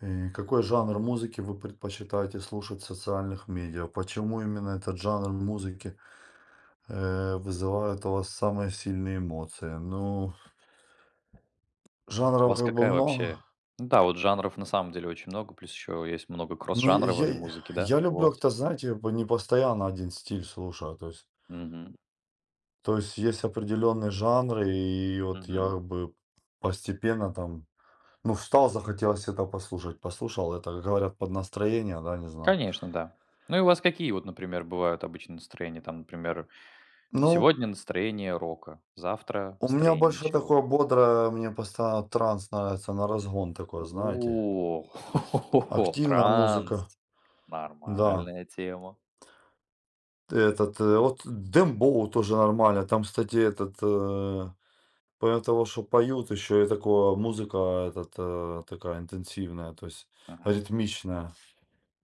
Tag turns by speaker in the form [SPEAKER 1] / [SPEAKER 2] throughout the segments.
[SPEAKER 1] Какой жанр музыки вы предпочитаете слушать в социальных медиа? Почему именно этот жанр музыки вызывает у вас самые сильные эмоции? Ну,
[SPEAKER 2] У
[SPEAKER 1] жанров
[SPEAKER 2] вас
[SPEAKER 1] как бы
[SPEAKER 2] какая вообще?
[SPEAKER 1] много.
[SPEAKER 2] Ну да, вот жанров на самом деле очень много, плюс еще есть много
[SPEAKER 1] Ну, я,
[SPEAKER 2] кросс-жанровой
[SPEAKER 1] я
[SPEAKER 2] музыки, да,
[SPEAKER 1] я
[SPEAKER 2] у
[SPEAKER 1] люблю
[SPEAKER 2] вас?
[SPEAKER 1] как-то, знаете, как бы не постоянно один стиль слушаю. То есть,
[SPEAKER 2] Мгм,
[SPEAKER 1] то есть есть определенные жанры, и вот
[SPEAKER 2] мгм.
[SPEAKER 1] я как бы постепенно там, ну, встал, захотелось это послушать. Послушал это, как говорят, под настроение, да, не знаю.
[SPEAKER 2] Конечно, да. Ну и у вас какие вот, например, бывают обычно настроения? Там, например,
[SPEAKER 1] Ну,
[SPEAKER 2] сегодня настроение рока, завтра
[SPEAKER 1] у меня
[SPEAKER 2] настроение
[SPEAKER 1] больше
[SPEAKER 2] чего?
[SPEAKER 1] такое бодрое, мне постоянно транс нравится, на разгон такое, знаете.
[SPEAKER 2] О,
[SPEAKER 1] Активная
[SPEAKER 2] транс.
[SPEAKER 1] музыка, да.
[SPEAKER 2] Нормальная тема.
[SPEAKER 1] Вот дембоу тоже нормально. Там, кстати, помимо того, что поют, еще и такое музыка такая интенсивная, то есть
[SPEAKER 2] Мгм.
[SPEAKER 1] ритмичная.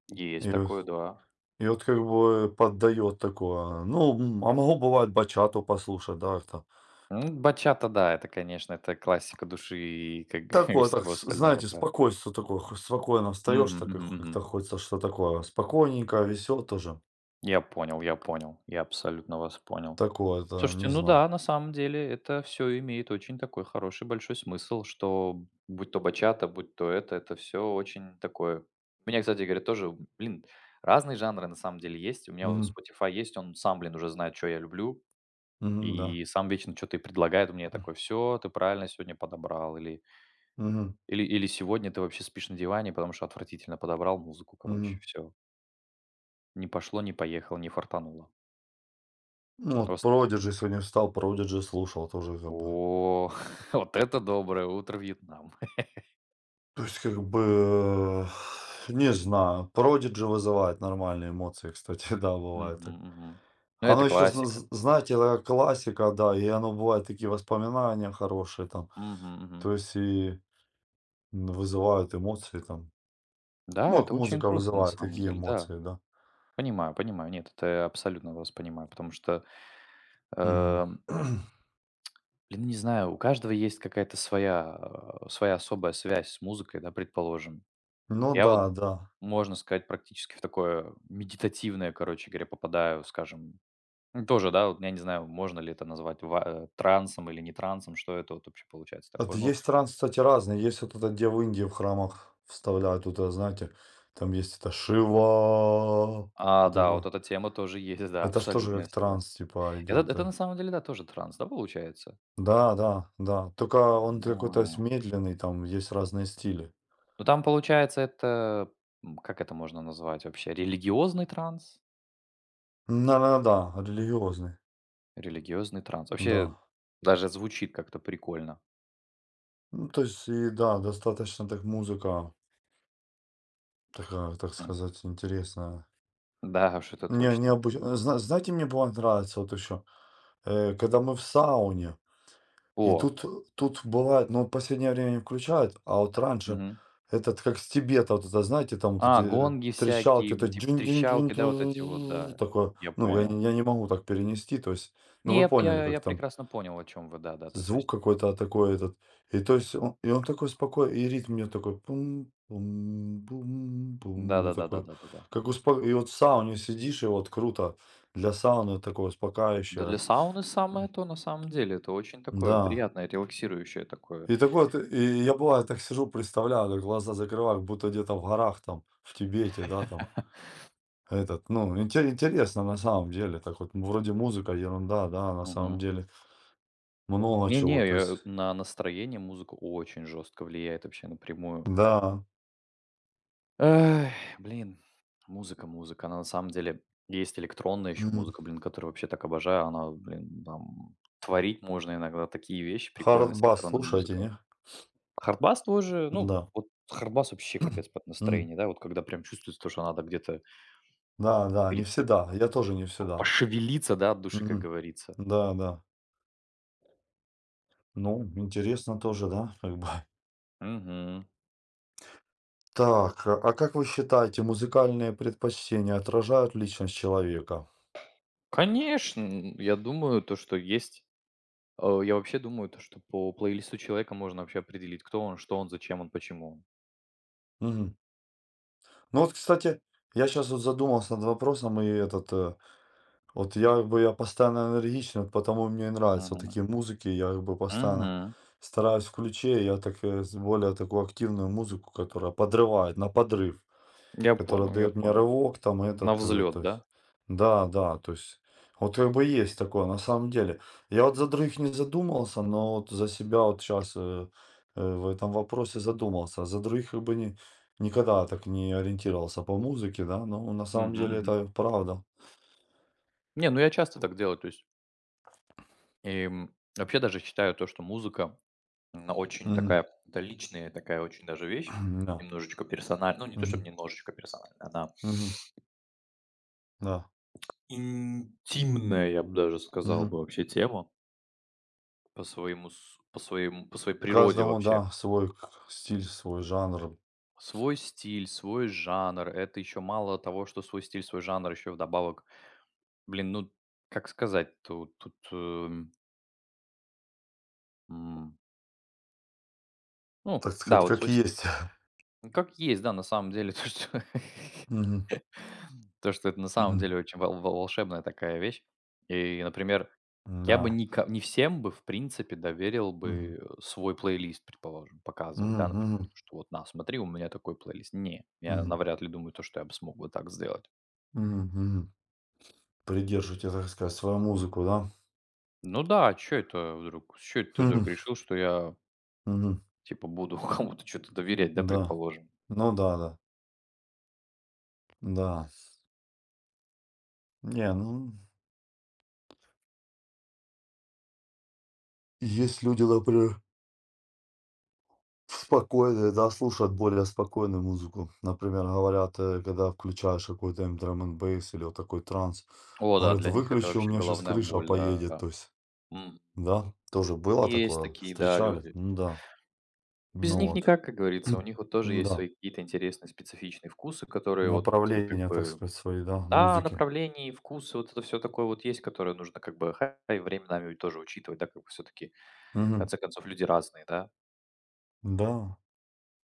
[SPEAKER 2] Есть
[SPEAKER 1] И, вот
[SPEAKER 2] такое, да.
[SPEAKER 1] и вот как бы поддает такое. Ну, а могу бывает бачату послушать, да, там.
[SPEAKER 2] Ну, бачата, да, это, конечно, это классика души и как бы
[SPEAKER 1] Такое, так,
[SPEAKER 2] всего
[SPEAKER 1] с
[SPEAKER 2] остального,
[SPEAKER 1] знаете,
[SPEAKER 2] да.
[SPEAKER 1] спокойствие такое, хо спокойно встаешь,
[SPEAKER 2] Мгм,
[SPEAKER 1] так и
[SPEAKER 2] мгм,
[SPEAKER 1] хо
[SPEAKER 2] мгм.
[SPEAKER 1] как-то хочется что такое спокойненько, весело тоже.
[SPEAKER 2] Я понял, я понял. Я абсолютно вас понял.
[SPEAKER 1] Такое, это
[SPEAKER 2] Слушайте,
[SPEAKER 1] не
[SPEAKER 2] ну
[SPEAKER 1] знаю.
[SPEAKER 2] да, на самом деле это все имеет очень такой хороший большой смысл, что будь то бачата, будь то это все очень такое. У меня, кстати говоря, тоже, блин, разные жанры на самом деле есть. У меня вот
[SPEAKER 1] Мгм,
[SPEAKER 2] Spotify есть, он сам, блин, уже знает, что я люблю.
[SPEAKER 1] мгм, да.
[SPEAKER 2] И сам вечно что-то и предлагает мне такой: все, ты правильно сегодня подобрал. Или,
[SPEAKER 1] Мгм,
[SPEAKER 2] или сегодня ты вообще спишь на диване, потому что отвратительно подобрал музыку, короче,
[SPEAKER 1] мгм.
[SPEAKER 2] все. Не пошло, не поехало, не фартануло.
[SPEAKER 1] Ну, вот Продиджи сегодня встал, Продиджи слушал тоже как бы.
[SPEAKER 2] О, вот это доброе утро, Вьетнам.
[SPEAKER 1] То есть как бы, не знаю, Продиджи вызывает нормальные эмоции, кстати, да, бывает
[SPEAKER 2] Мгм,
[SPEAKER 1] так.
[SPEAKER 2] мгм. Ну, это
[SPEAKER 1] Оно еще,
[SPEAKER 2] классика.
[SPEAKER 1] знаете, такая классика, да, и оно бывает такие воспоминания хорошие там,
[SPEAKER 2] Мгм, мгм.
[SPEAKER 1] то есть и вызывают эмоции там.
[SPEAKER 2] Да,
[SPEAKER 1] Ну, как
[SPEAKER 2] это очень
[SPEAKER 1] музыка
[SPEAKER 2] круто на
[SPEAKER 1] вызывает
[SPEAKER 2] самом
[SPEAKER 1] такие
[SPEAKER 2] деле, да.
[SPEAKER 1] эмоции, да.
[SPEAKER 2] Понимаю, понимаю. Нет, это я абсолютно вас понимаю, потому что,
[SPEAKER 1] Мгм.
[SPEAKER 2] э, блин, не знаю, у каждого есть какая-то своя, своя особая связь с музыкой, да, предположим.
[SPEAKER 1] Ну
[SPEAKER 2] Я
[SPEAKER 1] да,
[SPEAKER 2] вот,
[SPEAKER 1] да.
[SPEAKER 2] можно сказать, практически в такое медитативное, короче говоря, попадаю, скажем. Ну, тоже, да, вот я не знаю, можно ли это назвать трансом или не трансом, что это вот вообще получается такое.
[SPEAKER 1] Это
[SPEAKER 2] Ну.
[SPEAKER 1] есть транс, кстати, разные. Есть вот это, где в Индии в храмах вставляют, вот это, знаете, там есть это Шива,
[SPEAKER 2] А,
[SPEAKER 1] вот
[SPEAKER 2] да, вот
[SPEAKER 1] такое.
[SPEAKER 2] эта тема тоже есть, да,
[SPEAKER 1] Это что же
[SPEAKER 2] абсолютно,
[SPEAKER 1] тоже
[SPEAKER 2] я
[SPEAKER 1] как
[SPEAKER 2] согласен.
[SPEAKER 1] транс, типа,
[SPEAKER 2] Это
[SPEAKER 1] идет.
[SPEAKER 2] это
[SPEAKER 1] э.
[SPEAKER 2] на самом деле, да, тоже транс, да, получается?
[SPEAKER 1] Да, да, да. Только он какой-то
[SPEAKER 2] Ну,
[SPEAKER 1] медленный, там есть разные стили.
[SPEAKER 2] ну, там получается это, как это можно назвать вообще, религиозный транс?
[SPEAKER 1] Да, да, да, религиозный,
[SPEAKER 2] Религиозный транс. Вообще
[SPEAKER 1] да.
[SPEAKER 2] даже звучит как-то прикольно.
[SPEAKER 1] Ну, то есть, и да, достаточно так музыка такая, так
[SPEAKER 2] М.
[SPEAKER 1] сказать, интересная.
[SPEAKER 2] Да уж, это
[SPEAKER 1] Не,
[SPEAKER 2] точно, да.
[SPEAKER 1] необычно. Знаете, мне было нравится вот еще, когда мы в сауне, и
[SPEAKER 2] О,
[SPEAKER 1] тут бывает, ну, в последнее время не включают, а вот раньше
[SPEAKER 2] мгм.
[SPEAKER 1] как с Тибета, вот это, знаете, там вот
[SPEAKER 2] А,
[SPEAKER 1] эти
[SPEAKER 2] гонги
[SPEAKER 1] трещалки,
[SPEAKER 2] всякие,
[SPEAKER 1] вот
[SPEAKER 2] м,
[SPEAKER 1] эти
[SPEAKER 2] типа
[SPEAKER 1] джин джин
[SPEAKER 2] трещалки, да, вот эти вот,
[SPEAKER 1] джин
[SPEAKER 2] да,
[SPEAKER 1] такое.
[SPEAKER 2] я
[SPEAKER 1] Ну, я
[SPEAKER 2] понял.
[SPEAKER 1] не я не могу так перенести, то есть, ну,
[SPEAKER 2] Не,
[SPEAKER 1] вы
[SPEAKER 2] я
[SPEAKER 1] поняли,
[SPEAKER 2] я
[SPEAKER 1] как
[SPEAKER 2] я
[SPEAKER 1] там
[SPEAKER 2] прекрасно понял, о чем вы, да-да, то есть
[SPEAKER 1] звук какой-то такой этот. И то есть он такой споко и ритм у него такой пум пум пум пум. И такой,
[SPEAKER 2] да-да-да-да-да-да-да.
[SPEAKER 1] как успо и вот в сауне сидишь, и вот круто. Для сауны такое
[SPEAKER 2] Да, для
[SPEAKER 1] успокаивающее.
[SPEAKER 2] сауны самое то, на самом деле. Это очень такое
[SPEAKER 1] Да.
[SPEAKER 2] приятное, релаксирующее такое.
[SPEAKER 1] И такой вот, и я бывает так сижу, представляю, так глаза закрываю, как будто где-то в горах там, в Тибете, да, там, ну, интересно на самом деле, так вот, вроде музыка, ерунда, да, на самом
[SPEAKER 2] Мгм.
[SPEAKER 1] деле много чего,
[SPEAKER 2] Не-не,
[SPEAKER 1] то
[SPEAKER 2] я
[SPEAKER 1] есть,
[SPEAKER 2] на настроение музыка очень жестко влияет вообще напрямую.
[SPEAKER 1] да,
[SPEAKER 2] Эх, блин, музыка, музыка. Она на самом деле есть электронная еще
[SPEAKER 1] мгм.
[SPEAKER 2] музыка, блин, которую вообще так обожаю. Она, блин, там творить можно иногда такие вещи прикольные
[SPEAKER 1] Hard
[SPEAKER 2] с
[SPEAKER 1] bass
[SPEAKER 2] электронной музыкой.
[SPEAKER 1] не?
[SPEAKER 2] Хардбас тоже, ну,
[SPEAKER 1] Да.
[SPEAKER 2] вот хардбас вообще капец под
[SPEAKER 1] Мгм.
[SPEAKER 2] настроение, да, вот когда прям чувствуется то, что надо где-то, как
[SPEAKER 1] Да, да, не
[SPEAKER 2] говорится,
[SPEAKER 1] всегда. Я тоже не всегда.
[SPEAKER 2] пошевелиться, да, от души, как
[SPEAKER 1] Мгм.
[SPEAKER 2] говорится.
[SPEAKER 1] Да, да. Ну, интересно тоже, да, как бы.
[SPEAKER 2] Мгм.
[SPEAKER 1] Так, а как вы считаете, музыкальные предпочтения отражают личность человека?
[SPEAKER 2] Конечно, н я думаю, то, что есть я вообще думаю, то, что по плейлисту человека можно вообще определить, кто он, что он, зачем он, почему он.
[SPEAKER 1] Мгм. Ну вот, кстати, я сейчас вот задумался над вопросом, и вот я как бы я постоянно энергичный, вот потому мне и нравятся вот
[SPEAKER 2] Мгм.
[SPEAKER 1] такие музыки, я как бы постоянно
[SPEAKER 2] Мгм.
[SPEAKER 1] стараюсь включить, я так более такую активную музыку, которая подрывает, на подрыв.
[SPEAKER 2] Я
[SPEAKER 1] Который
[SPEAKER 2] понял, я
[SPEAKER 1] дает мне
[SPEAKER 2] понял.
[SPEAKER 1] рывок, там
[SPEAKER 2] На взлет,
[SPEAKER 1] то есть,
[SPEAKER 2] да?
[SPEAKER 1] да, да, то есть, вот как бы есть такое, на самом деле. Я вот за других не задумался, но вот за себя вот сейчас в этом вопросе задумался. За других как бы не, никогда так не ориентировался по музыке, да, но на самом
[SPEAKER 2] Мгм,
[SPEAKER 1] деле
[SPEAKER 2] мгм.
[SPEAKER 1] это правда.
[SPEAKER 2] Не, ну я часто так делаю, то есть, вообще даже считаю то, что музыка, она очень
[SPEAKER 1] Мгм.
[SPEAKER 2] такая, это личная такая очень даже вещь,
[SPEAKER 1] Да.
[SPEAKER 2] немножечко персональная, ну, не то, чтобы
[SPEAKER 1] Мгм.
[SPEAKER 2] немножечко персональная, она
[SPEAKER 1] Мгм. Да.
[SPEAKER 2] интимная, я бы даже сказал бы,
[SPEAKER 1] Мгм.
[SPEAKER 2] вообще тема. По своему по своей природе
[SPEAKER 1] Каждому,
[SPEAKER 2] вообще.
[SPEAKER 1] да, свой стиль, свой жанр,
[SPEAKER 2] Свой стиль, свой жанр. Это еще мало того, что свой стиль, свой жанр, еще вдобавок, блин, ну, как сказать, м, ну
[SPEAKER 1] так
[SPEAKER 2] да,
[SPEAKER 1] сказать,
[SPEAKER 2] вот
[SPEAKER 1] как
[SPEAKER 2] свой с
[SPEAKER 1] есть.
[SPEAKER 2] как есть, да, на самом деле, то, что
[SPEAKER 1] Мгм.
[SPEAKER 2] то, что это на самом
[SPEAKER 1] Мгм.
[SPEAKER 2] деле очень волшебная такая вещь. И, например, я бы
[SPEAKER 1] Да.
[SPEAKER 2] ника не всем бы, в принципе, доверил бы,
[SPEAKER 1] Мгм.
[SPEAKER 2] свой плейлист, предположим, показывать,
[SPEAKER 1] Мгм.
[SPEAKER 2] да, например, то,
[SPEAKER 1] Мгм.
[SPEAKER 2] что вот: "На, смотри, у меня такой плейлист". Не, я
[SPEAKER 1] Мгм.
[SPEAKER 2] навряд ли думаю, то, что я бы смог бы так сделать.
[SPEAKER 1] Мгм, мгм. Придерживаете, так сказать, свою музыку, да?
[SPEAKER 2] Ну да, что это вдруг? Что это ты вдруг
[SPEAKER 1] Мгм,
[SPEAKER 2] решил, что я,
[SPEAKER 1] мгм.
[SPEAKER 2] типа, буду кому-то что то доверять, да,
[SPEAKER 1] Да.
[SPEAKER 2] предположим?
[SPEAKER 1] Ну да, да. Да. Не, ну, есть люди, например, спокойные, да, слушают более спокойную музыку. Например, говорят, когда включаешь какой-то им драм энд бейс или вот такой транс,
[SPEAKER 2] О да,
[SPEAKER 1] говорят,
[SPEAKER 2] для них это
[SPEAKER 1] выключи, у
[SPEAKER 2] вообще
[SPEAKER 1] меня сейчас
[SPEAKER 2] головная
[SPEAKER 1] крыша
[SPEAKER 2] боль,
[SPEAKER 1] поедет,
[SPEAKER 2] да.
[SPEAKER 1] то есть,
[SPEAKER 2] М.
[SPEAKER 1] да, тоже было
[SPEAKER 2] Есть
[SPEAKER 1] такое,
[SPEAKER 2] такие, да,
[SPEAKER 1] встречали,
[SPEAKER 2] люди.
[SPEAKER 1] ну да,
[SPEAKER 2] Без
[SPEAKER 1] ну
[SPEAKER 2] них
[SPEAKER 1] вот,
[SPEAKER 2] никак, как говорится. У них вот тоже есть
[SPEAKER 1] да,
[SPEAKER 2] свои какие-то интересные специфичные вкусы, которые вот, как
[SPEAKER 1] направления, так
[SPEAKER 2] бы,
[SPEAKER 1] сказать, свои, да,
[SPEAKER 2] да,
[SPEAKER 1] музыки.
[SPEAKER 2] направлений, вкусы, вот это все такое вот есть, которое нужно как бы ха и временами ведь тоже учитывать, да, как бы всё-таки, в
[SPEAKER 1] Мгм.
[SPEAKER 2] конце концов, люди разные, да.
[SPEAKER 1] Да.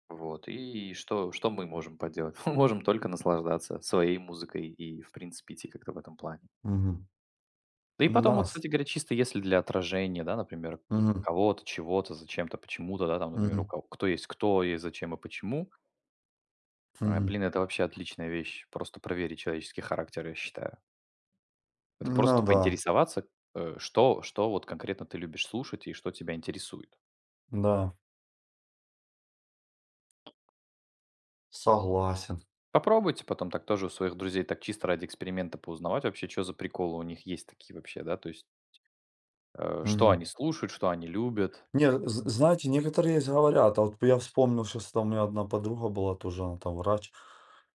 [SPEAKER 2] Вот, и что мы можем поделать? Мы можем только наслаждаться своей музыкой и, в принципе, идти как-то в этом плане.
[SPEAKER 1] Мгм.
[SPEAKER 2] Да и потом,
[SPEAKER 1] Да,
[SPEAKER 2] вот,
[SPEAKER 1] с
[SPEAKER 2] кстати говоря, чисто если для отражения, да, например,
[SPEAKER 1] мгм,
[SPEAKER 2] кого-то, чего-то, зачем-то, почему-то, да, там, например, у
[SPEAKER 1] мгм,
[SPEAKER 2] кого кто, есть зачем и почему. А,
[SPEAKER 1] мгм.
[SPEAKER 2] блин, это вообще отличная вещь. Просто проверить человеческий характер, я считаю. Это
[SPEAKER 1] Ну
[SPEAKER 2] просто
[SPEAKER 1] да,
[SPEAKER 2] поинтересоваться, что вот конкретно ты любишь слушать и что тебя интересует.
[SPEAKER 1] да, согласен.
[SPEAKER 2] Попробуйте потом так тоже у своих друзей так чисто ради эксперимента поузнавать вообще, что за приколы у них есть такие вообще, да, то есть что
[SPEAKER 1] Мгм.
[SPEAKER 2] они слушают, что они любят.
[SPEAKER 1] Не, з знаете, некоторые есть говорят, а вот я вспомнил, сейчас там у меня одна подруга была тоже, она там врач.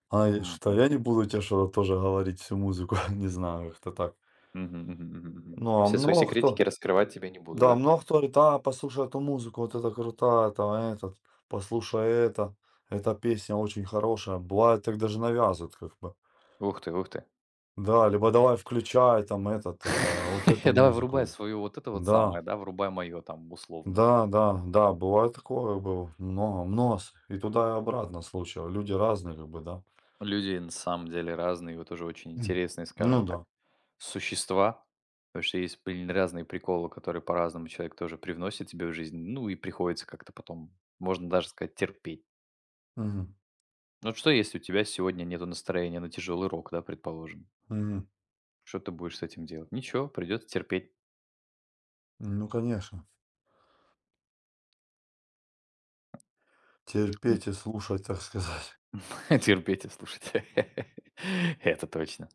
[SPEAKER 1] Она и что:
[SPEAKER 2] Мгм.
[SPEAKER 1] "Я не буду тебе что-то тоже говорить, всю музыку". Не знаю, как-то так.
[SPEAKER 2] Мгм, мгм, мгм, мгм.
[SPEAKER 1] Ну, а
[SPEAKER 2] Все свои
[SPEAKER 1] много
[SPEAKER 2] секретики
[SPEAKER 1] кто
[SPEAKER 2] раскрывать тебе не буду,
[SPEAKER 1] да,
[SPEAKER 2] да?
[SPEAKER 1] много кто говорит: "А, послушай эту музыку, вот это крутая, там послушай это, эта песня очень хорошая". Бывает, так даже навязывают как бы.
[SPEAKER 2] Ух ты, ух ты.
[SPEAKER 1] Да, либо давай включай там вот эту
[SPEAKER 2] Давай врубай
[SPEAKER 1] музыку.
[SPEAKER 2] свою вот это вот
[SPEAKER 1] Да,
[SPEAKER 2] самое, да, врубай мое там условно.
[SPEAKER 1] да, да, да, бывает такое, было много, и туда и обратно случаев. Люди разные, как бы, да.
[SPEAKER 2] Люди на самом деле разные, вот тоже очень
[SPEAKER 1] М.
[SPEAKER 2] интересные, скажем
[SPEAKER 1] Ну
[SPEAKER 2] так,
[SPEAKER 1] да.
[SPEAKER 2] существа, потому что есть, блин, разные приколы, которые по-разному человек тоже привносит тебе в жизнь, ну и приходится как-то потом, можно даже сказать, терпеть.
[SPEAKER 1] Мгм.
[SPEAKER 2] Вот что, если у тебя сегодня нету настроения на тяжелый рок, да, предположим?
[SPEAKER 1] Мгм.
[SPEAKER 2] Что ты будешь с этим делать? Ничего, придется терпеть.
[SPEAKER 1] Ну, конечно.
[SPEAKER 2] М,
[SPEAKER 1] Терпеть и слушать, так сказать.
[SPEAKER 2] терпеть и слушать. Это точно.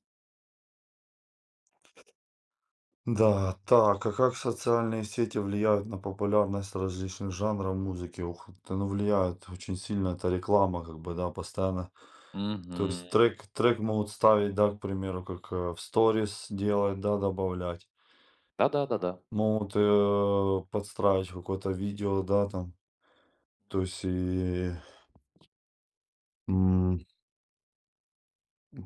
[SPEAKER 1] Да, так, а как социальные сети влияют на популярность различных жанров музыки? Ух ты, ну влияют очень сильно, это реклама, как бы, да, постоянно. То
[SPEAKER 2] Мгм.
[SPEAKER 1] есть трек могут ставить, да, к примеру, как, в сторис делать, да, добавлять.
[SPEAKER 2] Да-да-да-да.
[SPEAKER 1] Могут, подстраивать какое-то видео, да, там. То есть и, м,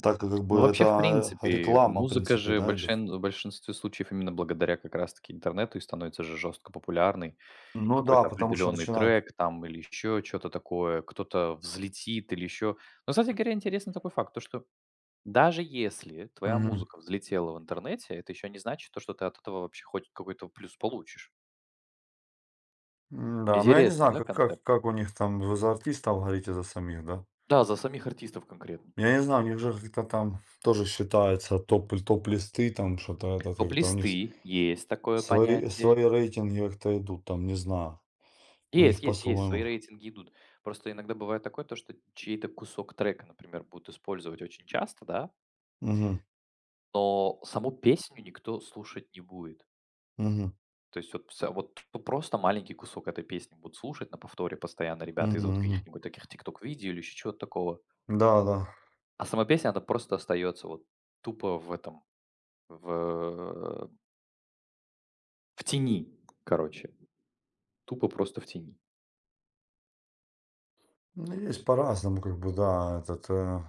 [SPEAKER 1] так как
[SPEAKER 2] Ну,
[SPEAKER 1] бы
[SPEAKER 2] вообще, в
[SPEAKER 1] это
[SPEAKER 2] принципе,
[SPEAKER 1] реклама, в
[SPEAKER 2] музыка
[SPEAKER 1] принципе,
[SPEAKER 2] же
[SPEAKER 1] да, идет.
[SPEAKER 2] большин в большинстве случаев именно благодаря как раз таки интернету и становится же жестко популярной.
[SPEAKER 1] Ну да,
[SPEAKER 2] Какой-то
[SPEAKER 1] потому что
[SPEAKER 2] определенный
[SPEAKER 1] начинают
[SPEAKER 2] трек там или еще что то такое, кто-то взлетит или еще. Но, кстати говоря, интересный такой факт, то что даже если твоя
[SPEAKER 1] мгм.
[SPEAKER 2] музыка взлетела в интернете, это еще не значит то, что ты от этого вообще хоть какой-то плюс получишь.
[SPEAKER 1] М-да, но я не
[SPEAKER 2] Интересный,
[SPEAKER 1] знаю,
[SPEAKER 2] да,
[SPEAKER 1] как как
[SPEAKER 2] концепт?
[SPEAKER 1] как у них там, вы за артистов говорите, за самих, да?
[SPEAKER 2] Да, за самих артистов конкретно.
[SPEAKER 1] Я не знаю, у них же как-то там тоже считается топ-листы, там что-то это как-то у них с
[SPEAKER 2] Топ-листы, есть такое
[SPEAKER 1] свои
[SPEAKER 2] понятие.
[SPEAKER 1] свои рейтинги как-то идут, там, не знаю. У
[SPEAKER 2] Есть,
[SPEAKER 1] них
[SPEAKER 2] есть, есть, свои
[SPEAKER 1] по-своему.
[SPEAKER 2] рейтинги идут. Просто иногда бывает такое, то, что чей-то кусок трека, например, будут использовать очень часто, да,
[SPEAKER 1] Мгм.
[SPEAKER 2] но саму песню никто слушать не будет.
[SPEAKER 1] Мгм.
[SPEAKER 2] То есть вот, просто маленький кусок этой песни будут слушать на повторе постоянно ребята
[SPEAKER 1] Мгм.
[SPEAKER 2] из вот
[SPEAKER 1] Мгм.
[SPEAKER 2] каких-нибудь таких тикток-видео или еще чего-то такого.
[SPEAKER 1] Да, да.
[SPEAKER 2] А сама песня, она просто остается вот тупо в этом, в, в тени, короче. Тупо просто в тени.
[SPEAKER 1] Ну, есть по-разному, как бы, да, этот, э.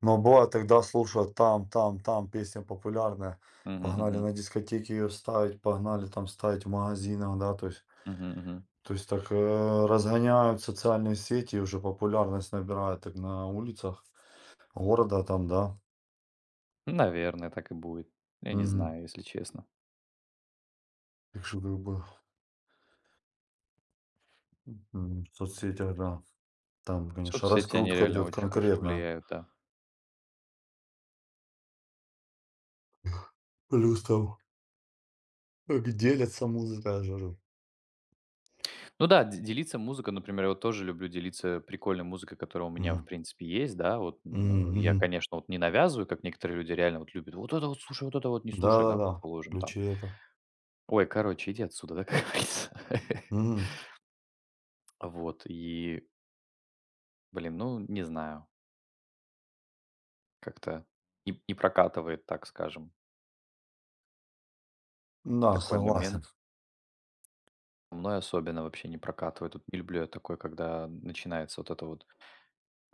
[SPEAKER 1] Но бывает, тогда слушают там, там, там, песня популярная,
[SPEAKER 2] Мгм,
[SPEAKER 1] погнали
[SPEAKER 2] мгм,
[SPEAKER 1] на дискотеке ее ставить, погнали там ставить в магазинах, да, то есть
[SPEAKER 2] мгм, мгм.
[SPEAKER 1] то есть так, разгоняют социальные сети, и уже популярность набирают так на улицах города там, да.
[SPEAKER 2] Наверное, так и будет. Я не
[SPEAKER 1] Мгм.
[SPEAKER 2] знаю, если честно.
[SPEAKER 1] Так что как бы, в соцсетях, да, там, конечно,
[SPEAKER 2] Соцсети, они
[SPEAKER 1] раскрутка
[SPEAKER 2] реально
[SPEAKER 1] идет
[SPEAKER 2] очень хорошо
[SPEAKER 1] конкретная.
[SPEAKER 2] влияют, да.
[SPEAKER 1] Плюс там как делятся музыкой, я же говорю.
[SPEAKER 2] Ну да, де делиться музыкой, например, я вот тоже люблю делиться прикольной музыкой, которая у меня, в
[SPEAKER 1] Мгм.
[SPEAKER 2] принципе, есть, да. Вот,
[SPEAKER 1] Мгм,
[SPEAKER 2] я,
[SPEAKER 1] мгм.
[SPEAKER 2] конечно, вот не навязываю, как некоторые люди реально вот любят: "Вот это вот слушай, вот это вот не слушай", да,
[SPEAKER 1] Да-да-да,
[SPEAKER 2] положим там.
[SPEAKER 1] включи это.
[SPEAKER 2] Ой, короче, иди отсюда, да, как говорится.
[SPEAKER 1] Мгм.
[SPEAKER 2] Вот и, блин, ну, не знаю, как-то не прокатывает, так скажем,
[SPEAKER 1] Да,
[SPEAKER 2] такой
[SPEAKER 1] согласен.
[SPEAKER 2] момент. Мной особенно вообще не прокатывает. Вот не люблю я такое, когда начинается вот это вот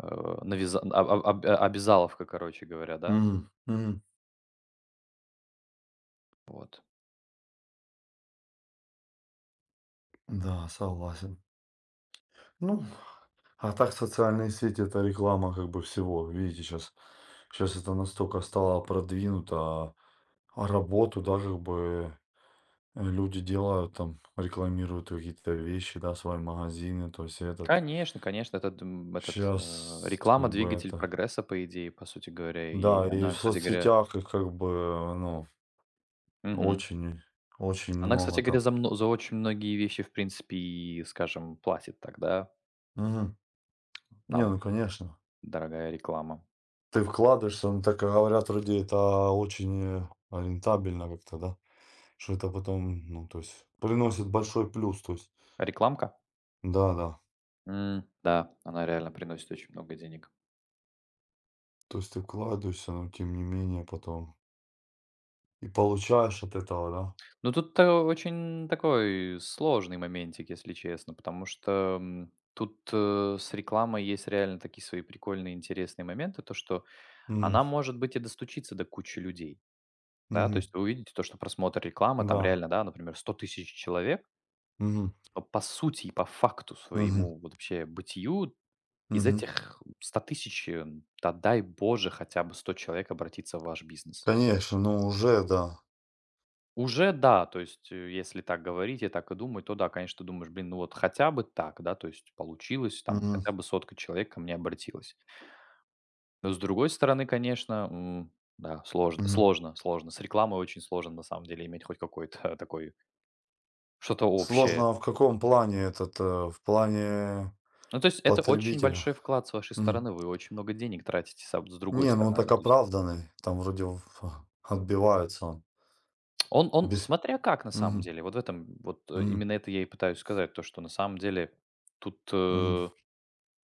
[SPEAKER 2] Э, навяза об об об обязаловка, короче говоря, да?
[SPEAKER 1] Мгм, мгм.
[SPEAKER 2] Вот.
[SPEAKER 1] Да, согласен. Ну, а так социальные сети — это реклама как бы всего. Видите, сейчас, сейчас это настолько стало продвинуто, а работу, да, как бы, люди делают там, рекламируют какие-то вещи, да, свои магазины, то есть этот.
[SPEAKER 2] Конечно, конечно, этот, м, этот, э,
[SPEAKER 1] Сейчас
[SPEAKER 2] реклама —
[SPEAKER 1] как бы
[SPEAKER 2] двигатель
[SPEAKER 1] это
[SPEAKER 2] прогресса, по идее, по сути говоря. И
[SPEAKER 1] да, и
[SPEAKER 2] она,
[SPEAKER 1] в
[SPEAKER 2] кстати говоря,
[SPEAKER 1] соцсетях, и как бы, ну
[SPEAKER 2] мгм.
[SPEAKER 1] очень, очень
[SPEAKER 2] Она, кстати
[SPEAKER 1] много
[SPEAKER 2] говоря,
[SPEAKER 1] там.
[SPEAKER 2] за очень многие вещи, в принципе, и, скажем, платит тогда
[SPEAKER 1] Мгм. Не, ну
[SPEAKER 2] нам,
[SPEAKER 1] конечно.
[SPEAKER 2] дорогая реклама.
[SPEAKER 1] Ты вкладываешься, ну так говорят, вроде это очень рентабельно как-то, да? Что это потом, ну то есть, приносит большой плюс, то есть,
[SPEAKER 2] Рекламка?
[SPEAKER 1] да-да.
[SPEAKER 2] М, да, она реально приносит очень много денег.
[SPEAKER 1] То есть ты вкладываешься, но тем не менее потом и получаешь от этого, да?
[SPEAKER 2] Ну, тут то очень такой сложный моментик, если честно, потому что, тут, с рекламой есть реально такие свои прикольные, интересные моменты, то, что
[SPEAKER 1] М,
[SPEAKER 2] она может быть и достучится до кучи людей, да. То
[SPEAKER 1] мгм.
[SPEAKER 2] есть вы увидите то, что просмотр рекламы там
[SPEAKER 1] Да.
[SPEAKER 2] реально, да, например, 100 тысяч человек,
[SPEAKER 1] Мгм.
[SPEAKER 2] но по сути и по факту
[SPEAKER 1] Мгм.
[SPEAKER 2] своему вот вообще бытию из
[SPEAKER 1] Мгм.
[SPEAKER 2] этих 100 тысяч, да дай боже, хотя бы 100 человек обратится в ваш бизнес.
[SPEAKER 1] Конечно, ну уже да.
[SPEAKER 2] Уже да, то есть, если так говорить и так и думать, то да, конечно, ты думаешь, блин, ну вот хотя бы так, да, то есть получилось, там
[SPEAKER 1] Мгм.
[SPEAKER 2] хотя бы сотка человек ко мне обратилась. Но с другой стороны, конечно, да,
[SPEAKER 1] Мгм.
[SPEAKER 2] сложно. С рекламой очень сложно на самом деле иметь хоть какой-то такой, что-то общее.
[SPEAKER 1] Сложно в каком плане в плане
[SPEAKER 2] Ну, то есть это очень
[SPEAKER 1] потребителя?
[SPEAKER 2] большой вклад с вашей
[SPEAKER 1] М.
[SPEAKER 2] стороны, вы очень много денег тратите с другой
[SPEAKER 1] Не, ну он
[SPEAKER 2] стороны, да,
[SPEAKER 1] так
[SPEAKER 2] то есть
[SPEAKER 1] оправданный, там вроде в отбивается он.
[SPEAKER 2] он,
[SPEAKER 1] Без
[SPEAKER 2] смотря как на самом
[SPEAKER 1] мгм,
[SPEAKER 2] деле, вот в этом, вот э,
[SPEAKER 1] мгм,
[SPEAKER 2] именно это я и пытаюсь сказать, то, что на самом деле тут
[SPEAKER 1] мгм.
[SPEAKER 2] э,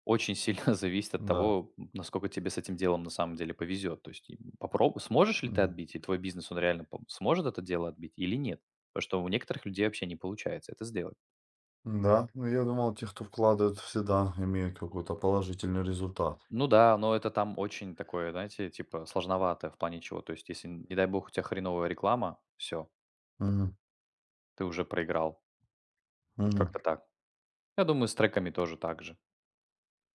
[SPEAKER 2] очень сильно зависит от
[SPEAKER 1] Да,
[SPEAKER 2] того, насколько тебе с этим делом на самом деле повезет. То есть и попроб сможешь ли ты
[SPEAKER 1] мгм.
[SPEAKER 2] отбить, и твой бизнес, он реально пом сможет это дело отбить или нет. Потому что у некоторых людей вообще не получается это сделать.
[SPEAKER 1] Да, ну я думал, те, кто вкладывает, всегда имеют какой-то положительный результат.
[SPEAKER 2] Ну да, но это там очень такое, знаете, типа сложновато в плане чего. То есть если, не дай бог, у тебя хреновая реклама, все,
[SPEAKER 1] Мгм,
[SPEAKER 2] ты уже проиграл.
[SPEAKER 1] мгм.
[SPEAKER 2] Как-то так. Я думаю, с треками тоже так же.